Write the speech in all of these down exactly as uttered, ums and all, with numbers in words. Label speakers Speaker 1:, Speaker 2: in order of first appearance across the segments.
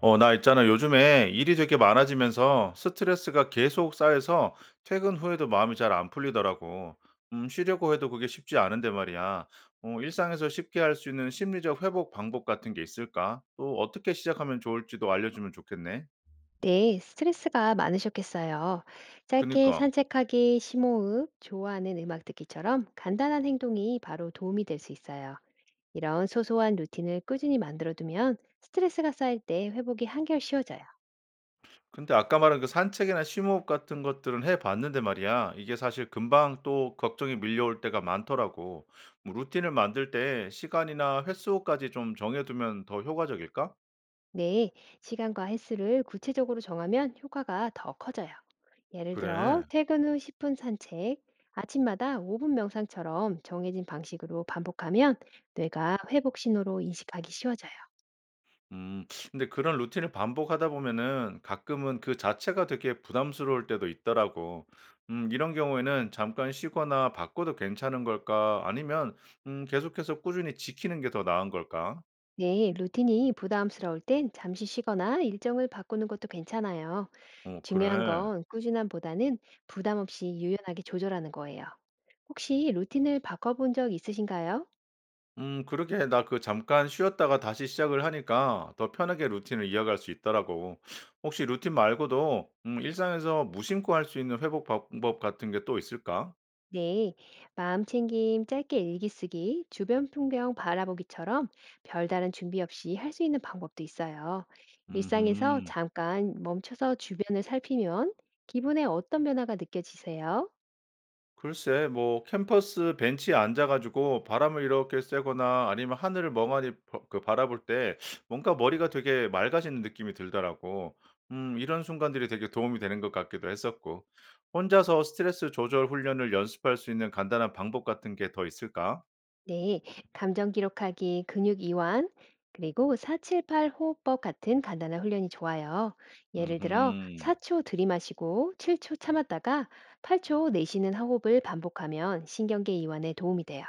Speaker 1: 어, 나 있잖아. 요즘에 일이 되게 많아지면서 스트레스가 계속 쌓여서 퇴근 후에도 마음이 잘 안 풀리더라고. 음, 쉬려고 해도 그게 쉽지 않은데 말이야. 어, 일상에서 쉽게 할 수 있는 심리적 회복 방법 같은 게 있을까? 또 어떻게 시작하면 좋을지도 알려주면 좋겠네.
Speaker 2: 네, 스트레스가 많으셨겠어요. 짧게
Speaker 1: 그니까.
Speaker 2: 산책하기, 심호흡, 좋아하는 음악 듣기처럼 간단한 행동이 바로 도움이 될 수 있어요. 이런 소소한 루틴을 꾸준히 만들어두면 스트레스가 쌓일 때 회복이 한결 쉬워져요.
Speaker 1: 근데 아까 말한 그 산책이나 심호흡 같은 것들은 해봤는데 말이야. 이게 사실 금방 또 걱정이 밀려올 때가 많더라고. 뭐 루틴을 만들 때 시간이나 횟수까지 좀 정해두면 더 효과적일까?
Speaker 2: 네, 시간과 횟수를 구체적으로 정하면 효과가 더 커져요. 예를 들어,
Speaker 1: 그래.
Speaker 2: 퇴근 후 십 분 산책, 아침마다 오 분 명상처럼 정해진 방식으로 반복하면 뇌가 회복 신호로 인식하기 쉬워져요.
Speaker 1: 음. 근데 그런 루틴을 반복하다 보면은 가끔은 그 자체가 되게 부담스러울 때도 있더라고. 음 이런 경우에는 '잠깐 쉬거나 바꿔도 괜찮은 걸까? 아니면 음 계속해서 꾸준히 지키는 게 더 나은 걸까?'
Speaker 2: 네, 루틴이 부담스러울 땐 잠시 쉬거나 일정을 바꾸는 것도 괜찮아요.
Speaker 1: 어
Speaker 2: 중요한
Speaker 1: 그래.
Speaker 2: 건 꾸준함보다는 부담 없이 유연하게 조절하는 거예요. 혹시 루틴을 바꿔본 적 있으신가요?
Speaker 1: 음 그러게 나 그 잠깐 쉬었다가 다시 시작을 하니까 더 편하게 루틴을 이어갈 수 있더라고. 혹시 루틴 말고도 음 일상에서 무심코 할 수 있는 회복 방법 같은 게 또 있을까?
Speaker 2: 네, 마음챙김, 짧게 일기 쓰기, 주변 풍경 바라보기처럼 별다른 준비 없이 할 수 있는 방법도 있어요. 일상에서
Speaker 1: 음
Speaker 2: 잠깐 멈춰서 주변을 살피면 기분에 어떤 변화가 느껴지세요?
Speaker 1: 글쎄 뭐 캠퍼스 벤치에 앉아 가지고 바람을 이렇게 쐬거나 아니면 하늘을 멍하니 바- 그 바라볼 때 뭔가 머리가 되게 맑아지는 느낌이 들더라고. 음 이런 순간들이 되게 도움이 되는 것 같기도 했었고. 혼자서 스트레스 조절 훈련을 연습할 수 있는 간단한 방법 같은 게 더 있을까?
Speaker 2: 네, 감정 기록하기, 근육 이완, 그리고 사칠팔 호흡법 같은 간단한 훈련이 좋아요. 예를 들어
Speaker 1: 음
Speaker 2: 사 초 들이마시고 칠 초 참았다가 팔 초 내쉬는 호흡을 반복하면 신경계 이완에 도움이 돼요.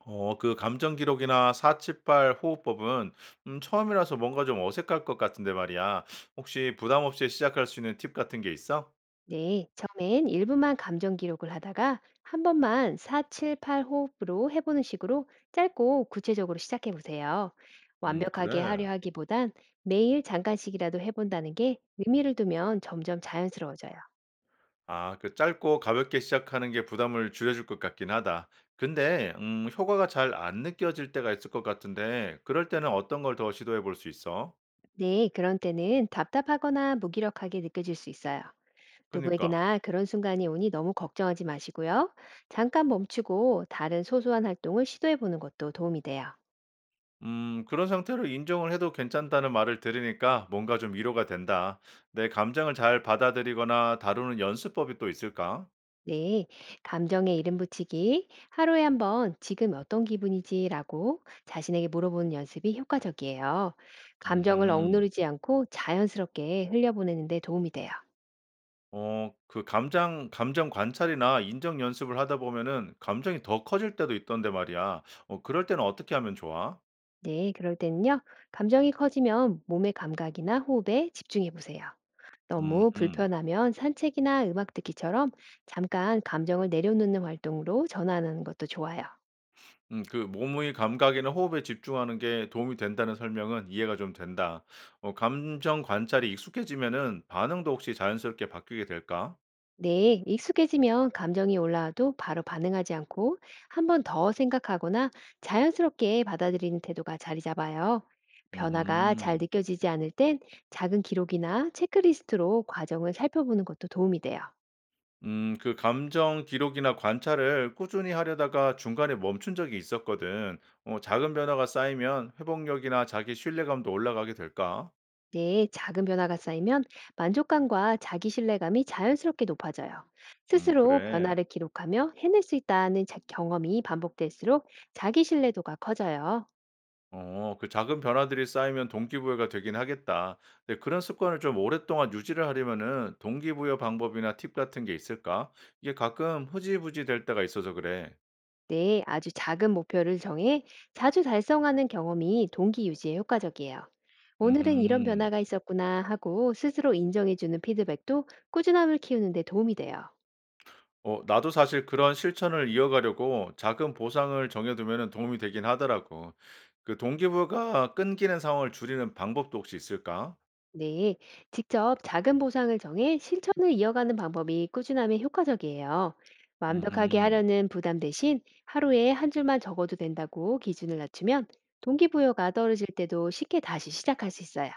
Speaker 1: 어 그 감정 기록이나 사 칠 팔 호흡법은 음 처음이라서 뭔가 좀 어색할 것 같은데 말이야. 혹시 부담 없이 시작할 수 있는 팁 같은 게 있어?
Speaker 2: 네, 처음엔 일 분만 감정 기록을 하다가 한 번만 사칠팔 호흡으로 해보는 식으로 짧고 구체적으로 시작해 보세요.
Speaker 1: 음
Speaker 2: 완벽하게
Speaker 1: 그래.
Speaker 2: 하려 하기보단 매일 잠깐씩이라도 해본다는 게 의미를 두면 점점 자연스러워져요.
Speaker 1: 아 그 짧고 가볍게 시작하는 게 부담을 줄여줄 것 같긴 하다. 근데 음 효과가 잘 안 느껴질 때가 있을 것 같은데 그럴 때는 어떤 걸 더 시도해 볼 수 있어?
Speaker 2: 네, 그런 때는 답답하거나 무기력하게 느껴질 수 있어요.
Speaker 1: 그니까.
Speaker 2: 누구에게나 그런 순간이 오니 너무 걱정하지 마시고요. 잠깐 멈추고 다른 소소한 활동을 시도해 보는 것도 도움이 돼요.
Speaker 1: 음 그런 상태로 인정을 해도 괜찮다는 말을 들으니까 뭔가 좀 위로가 된다. 내 감정을 잘 받아들이거나 다루는 연습법이 또 있을까?
Speaker 2: 네, 감정에 이름 붙이기, 하루에 한번 지금 어떤 기분이지라고 자신에게 물어보는 연습이 효과적이에요. 감정을
Speaker 1: 음흠.
Speaker 2: 억누르지 않고 자연스럽게 흘려보내는 데 도움이 돼요.
Speaker 1: 어 그 감정 감정 관찰이나 인정 연습을 하다 보면은 감정이 더 커질 때도 있던데 말이야. 어 그럴 때는 어떻게 하면 좋아?
Speaker 2: 네, 그럴 때는요. 감정이 커지면 몸의 감각이나 호흡에 집중해 보세요. 너무
Speaker 1: 음흠.
Speaker 2: 불편하면 산책이나 음악 듣기처럼 잠깐 감정을 내려놓는 활동으로 전환하는 것도 좋아요.
Speaker 1: 음 그 "몸의 감각이나 호흡에 집중하는 게 도움이 된다."는 설명은 이해가 좀 된다. 어 감정 관찰이 익숙해지면은 반응도 혹시 자연스럽게 바뀌게 될까?
Speaker 2: 네, 익숙해지면 감정이 올라와도 바로 반응하지 않고 한 번 더 생각하거나 자연스럽게 받아들이는 태도가 자리 잡아요. 변화가 잘
Speaker 1: 음음.
Speaker 2: 느껴지지 않을 땐 작은 기록이나 체크리스트로 과정을 살펴보는 것도 도움이 돼요.
Speaker 1: 음 그 감정 기록이나 관찰을 꾸준히 하려다가 중간에 멈춘 적이 있었거든. 어 작은 변화가 쌓이면 회복력이나 자기 신뢰감도 올라가게 될까?
Speaker 2: 네, 작은 변화가 쌓이면 만족감과 자기 신뢰감이 자연스럽게 높아져요.
Speaker 1: 음
Speaker 2: 스스로
Speaker 1: 그래.
Speaker 2: 변화를 기록하며 해낼 수 있다는 자- 경험이 반복될수록 자기 신뢰도가 커져요.
Speaker 1: 어, 그 작은 변화들이 쌓이면 동기부여가 되긴 하겠다. 근데 그런 습관을 좀 오랫동안 유지를 하려면은 동기부여 방법이나 팁 같은 게 있을까? 이게 가끔 흐지부지 될 때가 있어서 그래.
Speaker 2: 네, 아주 작은 목표를 정해 자주 달성하는 경험이 동기 유지에 효과적이에요. 오늘은 이런
Speaker 1: 음.
Speaker 2: 변화가 있었구나 하고 스스로 인정해주는 피드백도 꾸준함을 키우는 데 도움이 돼요.
Speaker 1: 어, 나도 사실 그런 실천을 이어가려고 작은 보상을 정해두면은 도움이 되긴 하더라고. 그 동기부여가 끊기는 상황을 줄이는 방법도 혹시 있을까?
Speaker 2: 네, 직접 작은 보상을 정해 실천을 이어가는 방법이 꾸준함에 효과적이에요. 완벽하게
Speaker 1: 음.
Speaker 2: 하려는 부담 대신 하루에 한 줄만 적어도 된다고 기준을 낮추면 동기부여가 떨어질 때도 쉽게 다시 시작할 수 있어요.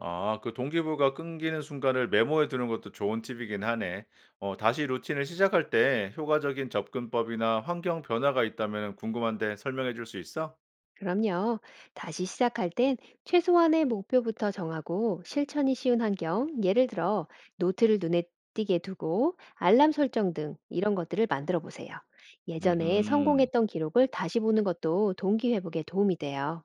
Speaker 1: 아 그 동기부여가 끊기는 순간을 메모해 두는 것도 좋은 팁이긴 하네. 어 다시 루틴을 시작할 때 효과적인 접근법이나 환경 변화가 있다면 궁금한데 설명해 줄 수 있어?
Speaker 2: 그럼요. 다시 시작할 땐 최소한의 목표부터 정하고 실천이 쉬운 환경, 예를 들어 노트를 눈에 띄게 두고 알람 설정 등 이런 것들을 만들어 보세요. 예전에
Speaker 1: 음
Speaker 2: 성공했던 기록을 다시 보는 것도 동기 회복에 도움이 돼요.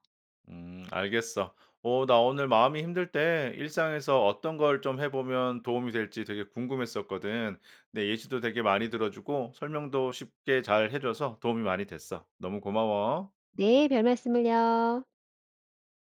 Speaker 1: 음 알겠어. 어 나 오늘 마음이 힘들 때 일상에서 어떤 걸 좀 해 보면 도움이 될지 되게 궁금했었거든. 내 예시도 되게 많이 들어 주고 설명도 쉽게 잘 해 줘서 도움이 많이 됐어. 너무 고마워.
Speaker 2: 네, 별 말씀을요.